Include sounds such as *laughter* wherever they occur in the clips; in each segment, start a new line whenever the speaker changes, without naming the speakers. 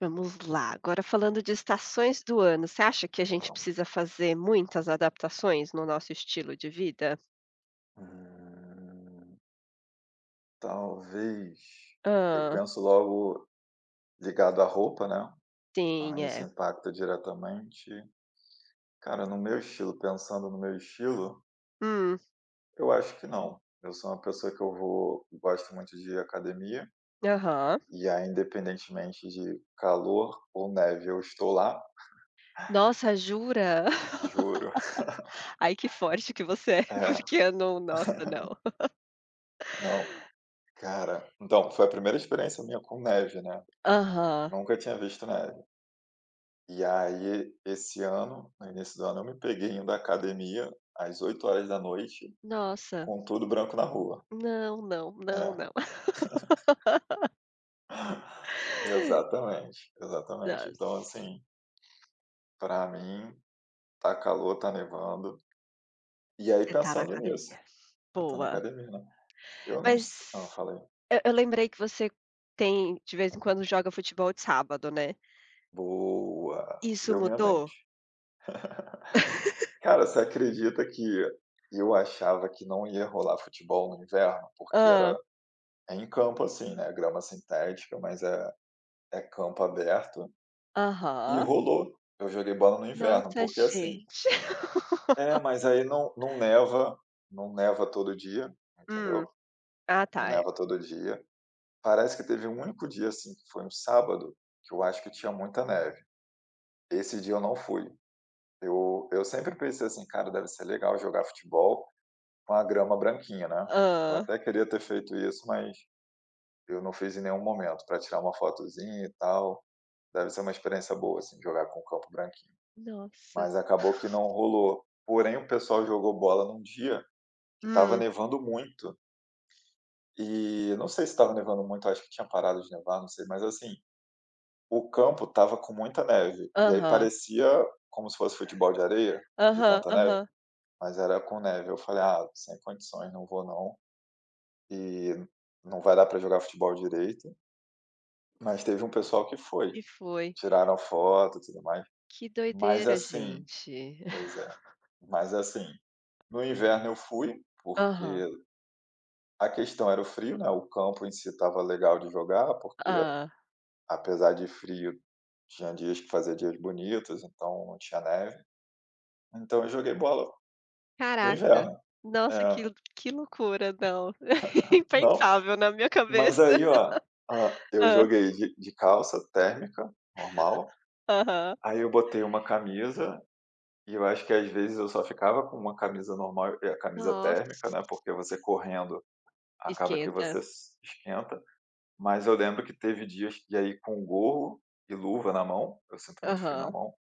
Vamos lá, agora falando de estações do ano, você acha que a gente precisa
Vamos.
fazer muitas adaptações no nosso estilo de vida?
Hum, Talvez eu
Ah,
penso logo ligado à roupa, né,
sim,
aí isso
é.
impacta diretamente. Cara, no meu estilo, pensando no meu estilo,
Hum,
eu acho que não. Eu sou uma pessoa que eu vou gosto muito de academia,
aham.
e aí independentemente de calor ou neve, eu estou lá,
Nossa, jura? *laughs*
juro. *laughs*
Ai, que forte que você é,
É,
*laughs* porque eu não nossa, não.
não, cara, então, foi a primeira experiência minha com neve, né,
Aham.
nunca tinha visto neve. E aí, esse ano, no início do ano, eu me peguei indo à academia às 8 horas da noite
Nossa,
com tudo branco na rua.
não, não, não,
É,
não. *laughs*
exatamente, exatamente.
Nossa,
Então, assim, pra mim, tá calor, tá nevando. E aí,
você tá na
pensando nisso,
academia.
eu tô na
Boa.
academia, né? Eu não sei. Ah,
Mas
falei.
eu lembrei que você tem de vez em quando joga futebol de sábado, né?
Boa!
Isso
Leu minha
mudou?
mente. Cara, você acredita que eu achava que não ia rolar futebol no inverno? Porque
Hã.
era é em campo, assim, né? Grama sintética, mas é campo aberto. E
Aham.
rolou. Eu joguei bola no inverno,
Nossa,
porque assim
gente. *laughs*
é, mas aí não neva, não neva todo dia,
Hum.
entendeu?
Ah,
Não
tá, é.
neva todo dia. Parece que teve um único dia, assim, que foi um sábado, que eu acho que tinha muita neve. Esse dia eu não fui. Eu sempre pensei assim: "Cara, deve ser legal jogar futebol com a grama branquinha, né". Eu
Hã.
até queria ter feito isso, mas eu não fiz em nenhum momento, para tirar uma fotozinha e tal. Deve ser uma experiência boa, assim, jogar com o campo branquinho.
Nossa.
Mas acabou que não rolou. Porém, o pessoal jogou bola num dia que estava
Hum.
nevando muito, e não sei se estava nevando muito, acho que tinha parado de nevar, não sei, mas assim, o campo estava com muita neve, e aí
Aham.
parecia como se fosse futebol de areia, de
Aham,
tanta neve,
aham.
mas era com neve. Eu falei: "Ah, sem condições, não vou não, e não vai dar para jogar futebol direito", mas teve um pessoal que foi.
E foi.
Tiraram foto e tudo mais.
Que
Mas
doideira,
assim
gente.
pois
*laughs*
é. Mas assim, no inverno eu fui, porque
Aham.
a questão era o frio, né, o campo em si estava legal de jogar, porque
Hã.
apesar de frio, tinha dias que fazia dias bonitos, então não tinha neve. Então eu joguei bola no
Caraca.
inverno.
Nossa,
É,
que lu que loucura, não. *laughs*
não,
Impensável na minha
mas
cabeça.
aí, ó, eu
Hã.
joguei de calça térmica, normal,
Aham.
aí eu botei uma camisa e eu acho que às vezes eu só ficava com uma camisa normal e a camisa térmica,
Nossa.
né, porque você correndo acaba que
Esquenta.
você s esquenta. Mas eu lembro que teve dias e aí com gorro e luva na mão, eu sinto muito frio na
Aham.
mão,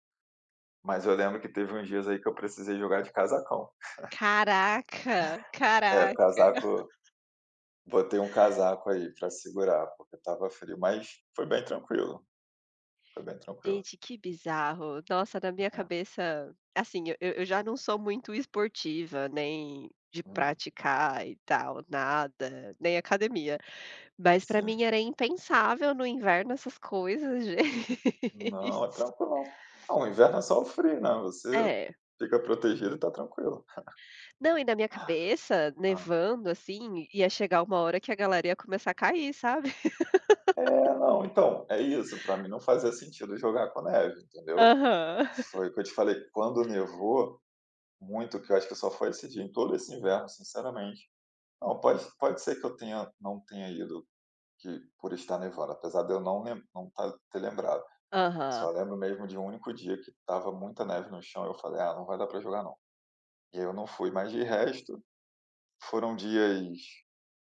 mas eu lembro que teve uns dias aí que eu precisei jogar de casacão.
Caraca,
É, o
caraca.
casaco botei um casaco aí pra segurar, porque tava frio, mas foi bem tranquilo, foi bem tranquilo.
Gente, que bizarro. Nossa, na minha
É.
cabeça, assim, eu já não sou muito esportiva, nem de
Hum,
praticar e tal, nada, nem academia. Mas pra
sim.
mim era impensável no inverno essas coisas, *laughs*
Não, é
gente.
tranquilo. Não, o inverno é só o frio, né, você
É.
fica protegido e tá tranquilo.
Não, e na minha cabeça,
Hã.
nevando assim, ia chegar uma hora que a galera ia começar a cair, sabe? *laughs*
É, não, então, é isso, pra mim não fazia sentido jogar com neve, entendeu.
Aham.
Foi o que eu te falei, quando nevou, muito, que eu acho que só foi esse dia, em todo esse inverno, sinceramente. Não, pode ser que eu tenha não tenha ido, que por estar nevando, apesar de eu não tá ter lembrado.
Aham.
Só lembro mesmo de um único dia que estava muita neve no chão, e eu falei: "Ah, não vai dar para jogar não". E aí eu não fui, mas de resto, foram dias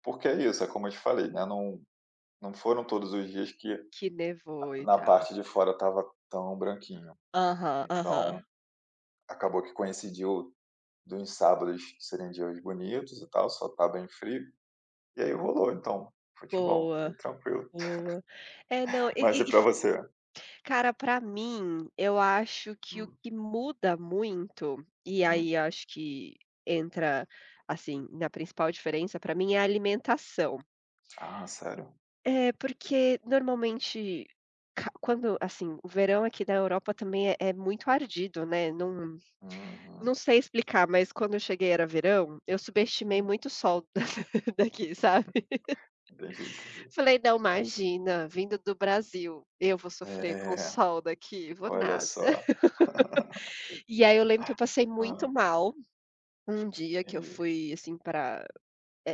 porque é isso, é como eu te falei, né, não foram todos os dias que
Que nevou e
na
tal.
parte de fora tava tão branquinho.
Aham, aham.
Então, acabou que coincidiu dos sábados serem dias bonitos e tal, só tá bem frio, e aí rolou então, futebol,
Boa,
bem tranquilo.
boa. É, não,
Mas e pra você?
cara, pra mim, eu acho que o
Hum,
que muda muito, e
uhum.
aí acho que entra, assim, na principal diferença pra mim é a alimentação.
Ah, sério?
É, porque normalmente ca quando assim, o verão aqui da Europa também é muito ardido, né, não
Uhum,
não sei explicar, mas quando eu cheguei era verão, eu subestimei
hum.
muito o sol *laughs* daqui, sabe.
Entendi, entendi.
Falei: "Não, imagina, vindo do Brasil, eu vou sofrer com o
É,
sol daqui, vou
olha
nada".
só.
E aí eu lembro que eu passei muito
Hã,
mal um dia que eu
entendi.
fui, assim, para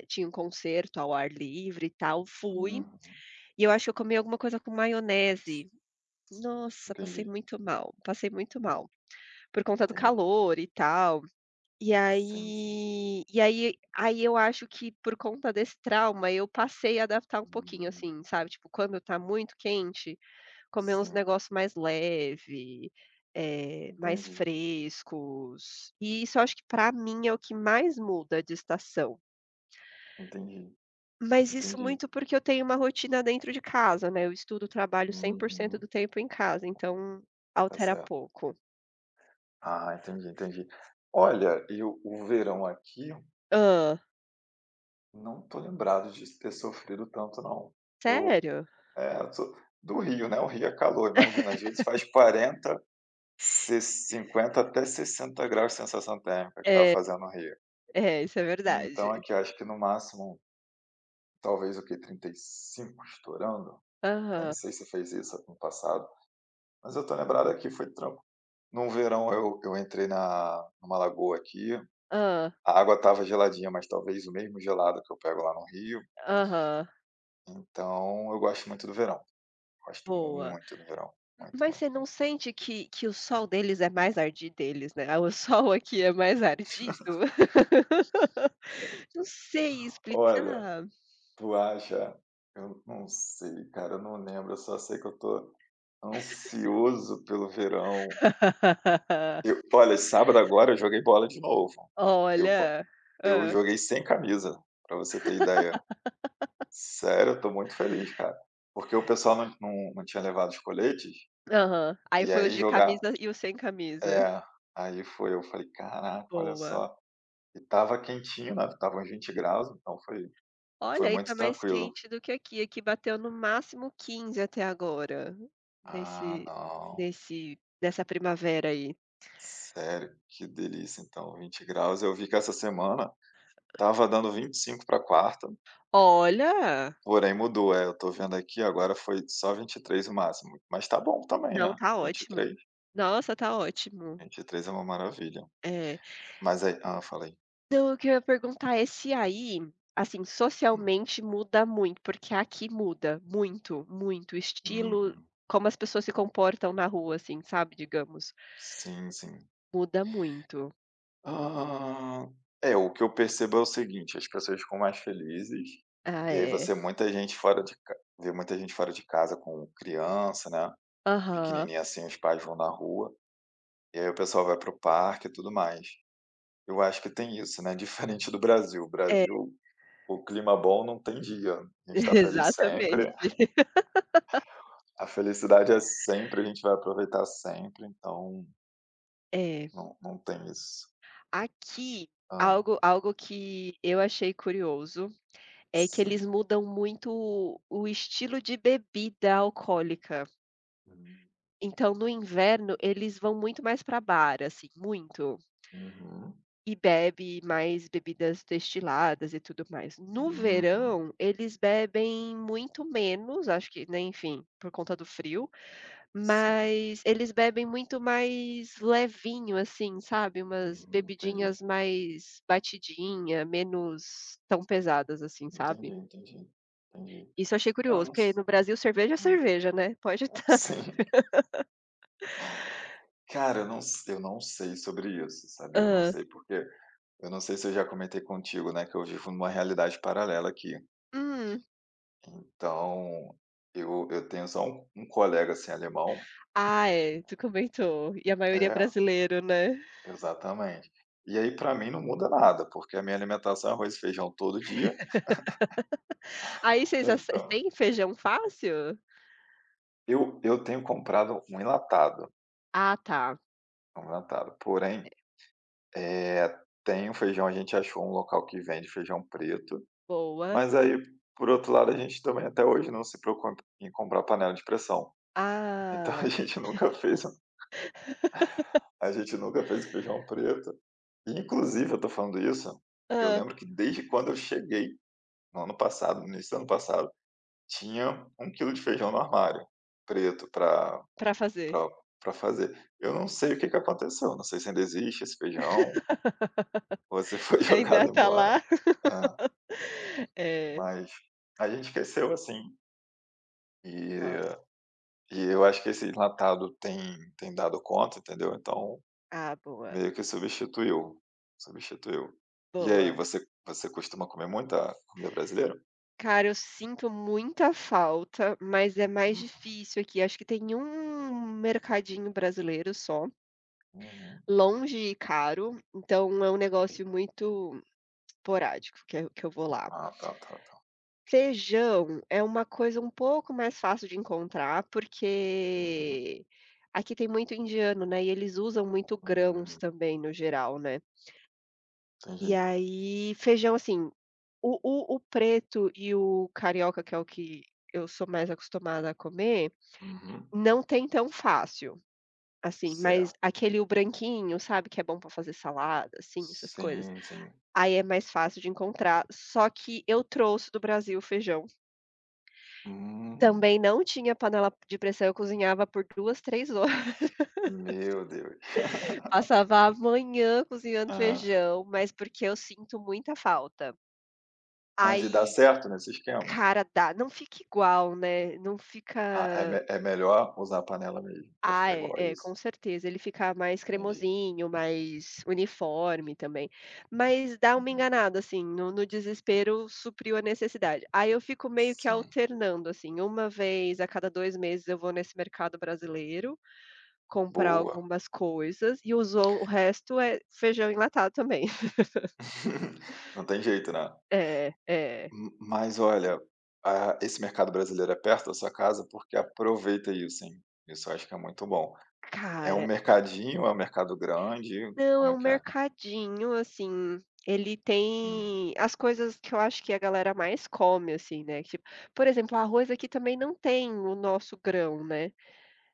tinha um concerto ao ar livre e tal, fui,
Uhum.
e eu acho que eu comi alguma coisa com maionese. Nossa,
Entendi,
passei muito mal, por conta do
entendi.
calor e tal. E
Sim, sim.
aí e aí aí eu acho que por conta desse trauma eu passei a adaptar um pouquinho,
Hum,
assim, sabe, tipo, quando tá muito quente, comer uns
sim.
negócio mais leve, mais
Entendi,
frescos, e isso eu acho que para mim é o que mais muda de estação.
entendi,
Mas isso
entendi.
muito porque eu tenho uma rotina dentro de casa, né, eu estudo, trabalho 100%
Uhum,
do tempo em casa, então
tá
altera
certo.
pouco.
Ah, entendi, entendi. Olha, e o verão aqui,
Ah,
não tô lembrado de ter sofrido tanto não. Eu
sério?
É, eu sou do Rio, né, o Rio é calor, imagina, às vezes faz 40, se 50 até 60 graus de sensação térmica que tava
É,
fazendo no Rio.
é, isso é
Então
verdade.
aqui, eu acho que no máximo, talvez o que 35 estourando? Nem
Aham,
sei se fez isso no passado, mas eu tô lembrado aqui foi tran num verão eu entrei na numa lagoa aqui,
ah,
a água tava geladinha, mas talvez o mesmo gelado que eu pego lá no Rio,
aham,
então eu gosto muito do verão, gosto
boa.
muito do verão, muito,
Mas você
muito,
não
muito.
sente que o sol deles é mais
Hum.
ardido deles, né, o *laughs* sol aqui é mais ardido? *laughs* Não sei
Olha,
explicar.
tu acha? Eu não sei, cara, eu não lembro, eu só sei que eu tô ansioso pelo verão.
*laughs*
Eu Olha, sábado agora eu joguei bola de novo. Eu co
Olha.
eu
Hã.
joguei sem camisa, pra você ter ideia. Sério, eu tô muito feliz, cara, porque o pessoal não tinha levado os coletes,
Aham. Aí
e
foi os
aí
de
jogar
camisa e os sem camisa.
é, aí foi eu falei: "Caraca, olha
Boa.
só". E estava quentinho, né, tava uns 20 graus, então foi
Olha,
foi
aí tá
muito
mais
tranquilo.
quente do que aqui, aqui bateu no máximo 15 até agora,
Ah,
nesse
não.
nesse nessa primavera aí.
Sério, que delícia então, 20 graus. Eu vi que essa semana tava dando 25 para quarta,
Olha!
porém mudou, é, eu tô vendo aqui, agora foi só 23 o máximo, mas tá bom também,
Não,
né,
tá
Vinte e
ótimo.
três,
Nossa, tá ótimo.
23 é uma maravilha.
É.
Mas aí ah, falei,
Então, o que eu ia perguntar é se aí, assim,
Hum,
socialmente muda muito, porque aqui muda muito, muito o estilo,
uhum.
como as pessoas se comportam na rua, assim, sabe, digamos,
Sim, sim.
muda muito.
Hã, é, o que eu percebo é o seguinte, as pessoas ficam mais felizes,
Ah,
e aí
é.
você muita gente fora de ca vê muita gente fora de casa com criança, né,
Aham.
pequenininha assim, os pais vão na rua. E aí o pessoal vai para o parque e tudo mais. Eu acho que tem isso, né, *laughs* diferente do Brasil. O
É,
Brasil,
*laughs*
o clima bom não tem dia, a gente tá feliz sempre,
exatamente.
a felicidade é sempre, a gente vai aproveitar sempre, então
É.
não tem isso.
Aqui,
Hã,
algo que eu achei curioso, é que
sim.
eles mudam muito o estilo de bebida alcoólica.
Hum,
Então, no inverno, eles vão muito mais para bar, assim, muito.
uhum,
E bebe mais bebidas destiladas e tudo mais. No
uhum,
verão, eles bebem muito menos, acho que, né, enfim, por conta do frio,
sim,
mas eles bebem muito mais levinho, assim, sabe, umas
entendi,
bebidinhas mais batidinha, menos tão pesadas, assim,
entendi,
sabe.
entendi, entendi.
Isso eu achei
Ah,
curioso,
não
porque
sei.
no Brasil cerveja é
Hum,
cerveja, né, pode estar.
sim.
*laughs*
*laughs* Cara, eu não s eu não sei sobre isso, sabia, eu não
Hã.
sei porque eu não sei se eu já comentei contigo, né, que eu vivo numa realidade paralela aqui.
Hum.
Então, eu tenho só um colega, assim, alemão.
Ah, é, tu comentou. E a maioria é
É,
brasileiro, né.
exatamente. E aí para mim não muda nada, porque a minha alimentação é arroz e feijão todo dia,
Aí vocês ace
então
tem feijão fácil?
eu tenho comprado um enlatado,
Ah tá,
porém, eh, tem o feijão, a gente achou um local que vende feijão preto,
boa.
mas aí, por outro lado, a gente também até hoje não se preocupa em comprar panela de pressão. Então *laughs*
Ah,
a gente nunca fez feijão preto. Inclusive, eu tô falando isso, eu
hã,
lembro que desde quando eu cheguei, no ano passado, no início do ano passado, tinha 1 quilo de feijão no armário, preto,
pra fazer.
pra pra fazer. Eu não sei o que que aconteceu, não sei se ainda existe esse feijão, ou se foi
*laughs*
*laughs* jogado
Ainda tá
embora.
lá.
É,
*laughs* É,
mas a gente esqueceu, assim, e
nossa.
e eu acho que esse enlatado tem dado conta, entendeu. Então
Ah, boa,
meio que substituiu, substituiu. E aí,
boa.
você costuma comer muita comida brasileira?
Cara, eu sinto muita falta, mas é mais difícil aqui. Acho que tem um mercadinho brasileiro só,
Uhum.
longe e caro, então é um
Ei,
negócio muito esporádico que eu vou lá.
ah, tá, tá, tá.
Feijão é uma coisa um pouco mais fácil de encontrar,
Uhum.
porque aqui tem muito indiano, né, e eles usam muito grãos
Hum,
também no geral, né. E
entendi.
aí feijão, assim, o preto e o carioca, que é o que eu sou mais acostumada a comer,
Uhum.
não tem tão fácil, assim, mas
Certo.
aquele o branquinho, sabe, que é bom para fazer salada, assim, essas coisas,
Sim, sim.
aí é mais fácil de encontrar, só que eu trouxe do Brasil o feijão.
Hum,
Também não tinha panela de pressão, eu cozinhava por 2 3 horas,
meu Deus.
*laughs*
*laughs*
passava a manhã cozinhando
Hã.
feijão, mas porque eu sinto muita falta.
Mas e dá
Aí,
certo nesse esquema?
cara, dá não fica igual, né, não
Ah, é me
fica.
é melhor usar a panela mesmo pra ficar
É,
igual a
é, com
isso?
certeza, ele fica mais
Entendi.
cremosinho, mais uniforme também, mas dá uma
Uhum.
enganada, assim, no desespero supriu a necessidade. Aí eu fico meio que
Sim,
alternando, assim, uma vez a cada 2 meses eu vou nesse mercado brasileiro, comprar
boa.
algumas coisas e usou o resto é feijão enlatado também. *laughs*
*laughs* Não tem jeito, né?
É, é.
M mas olha, ah, esse mercado brasileiro é perto da sua casa, porque aproveita isso, hein. Isso eu acho que é muito bom. É um
Cara,
mercadinho, é um mercado grande,
não, é
como é
um
que é?
mercadinho, assim, ele
Hum,
tem as coisas que eu acho que a galera mais come, assim, né, tipo, por exemplo, arroz aqui também não tem o nosso grão, né.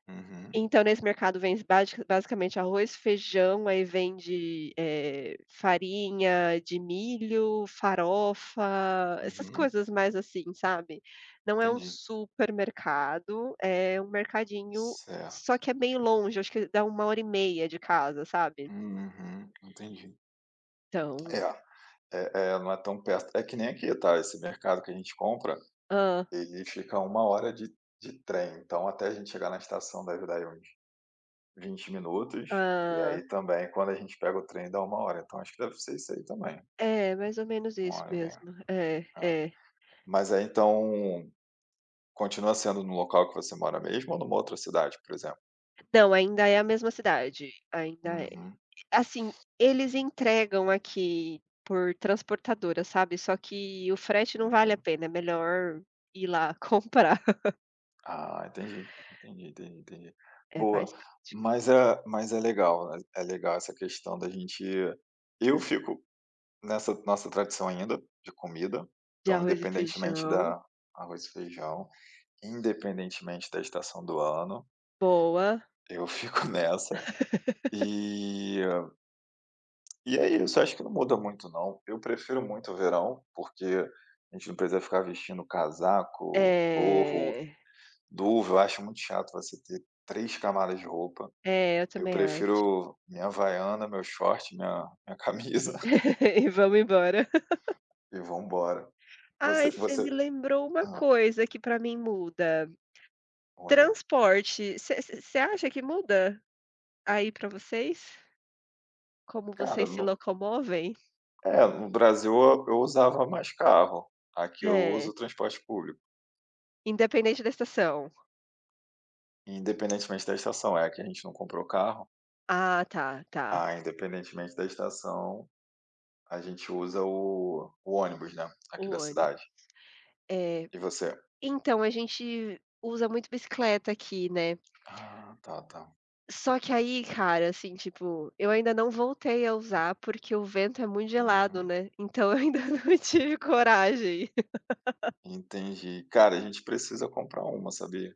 uhum,
Então, nesse mercado vende basicamente arroz, feijão, aí vende, farinha de milho, farofa, essas
uhum,
coisas mais assim, sabe. Não é um
entendi.
supermercado, é um mercadinho, só
Certo.
que é meio longe, acho que dá 1 hora e meia de casa, sabe.
Uhum, entendi. É,
Então
é não é tão perto. É que nem aqui, tá, esse mercado que a gente compra,
ah,
ele fica a 1 hora de trem, então até a gente chegar na estação deve dar aí uns 20 minutos, e
ah,
aí também quando a gente pega o trem dá 1 hora, então acho que deve ser isso aí também.
é, mais ou menos
1
isso
hora e meia.
mesmo. É,
É.
é.
Mas aí então, continua sendo no local que você mora mesmo ou numa outra cidade, por exemplo?
Não, ainda é a mesma cidade, ainda é.
Uhum,
Assim, eles entregam aqui por transportadora, sabe, só que o frete não vale
uhum.
a pena, é melhor ir lá comprar. *laughs*
Ah, entendi, entendi, entendi, entendi.
É mais
Boa. Mas é legal, né, é legal essa questão da gente eu fico nessa nossa tradição ainda, de comida,
de
então
arroz e
independentemente
feijão,
da arroz e feijão, independentemente da estação do ano,
boa.
eu fico *laughs* nessa.
*laughs*
E E é isso, acho que não muda muito não. Eu prefiro muito o verão, porque a gente não precisa ficar vestindo casaco, gorro,
É,
luva, eu acho muito chato você ter 3 camadas de roupa.
é, eu
Eu
também acho.
prefiro minha havaiana, meu short, minha camisa *laughs*
*laughs* E vamos embora.
e vambora. Você
Ai, você me
você
lembrou uma
hã,
coisa que pra mim muda,
olha,
transporte, você acha que muda aí pra vocês? Como
cara,
vocês se locomovem?
é, no Brasil eu usava mais carro, aqui eu
É,
uso transporte público,
independente da estação.
independentemente da estação, é, que a gente não comprou carro,
Ah, tá, tá.
ah, independentemente da estação, a gente usa o ônibus, né,
O
aqui da
ônibus.
cidade.
É.
E você?
Então, a gente usa muito bicicleta aqui, né.
Ah, tá, tá.
Só que aí, cara, assim, tipo, eu ainda não voltei a usar, porque o vento é muito gelado,
Uhum,
né, então eu ainda *laughs* não tive coragem.
entendi. Cara, a gente precisa comprar uma, sabia?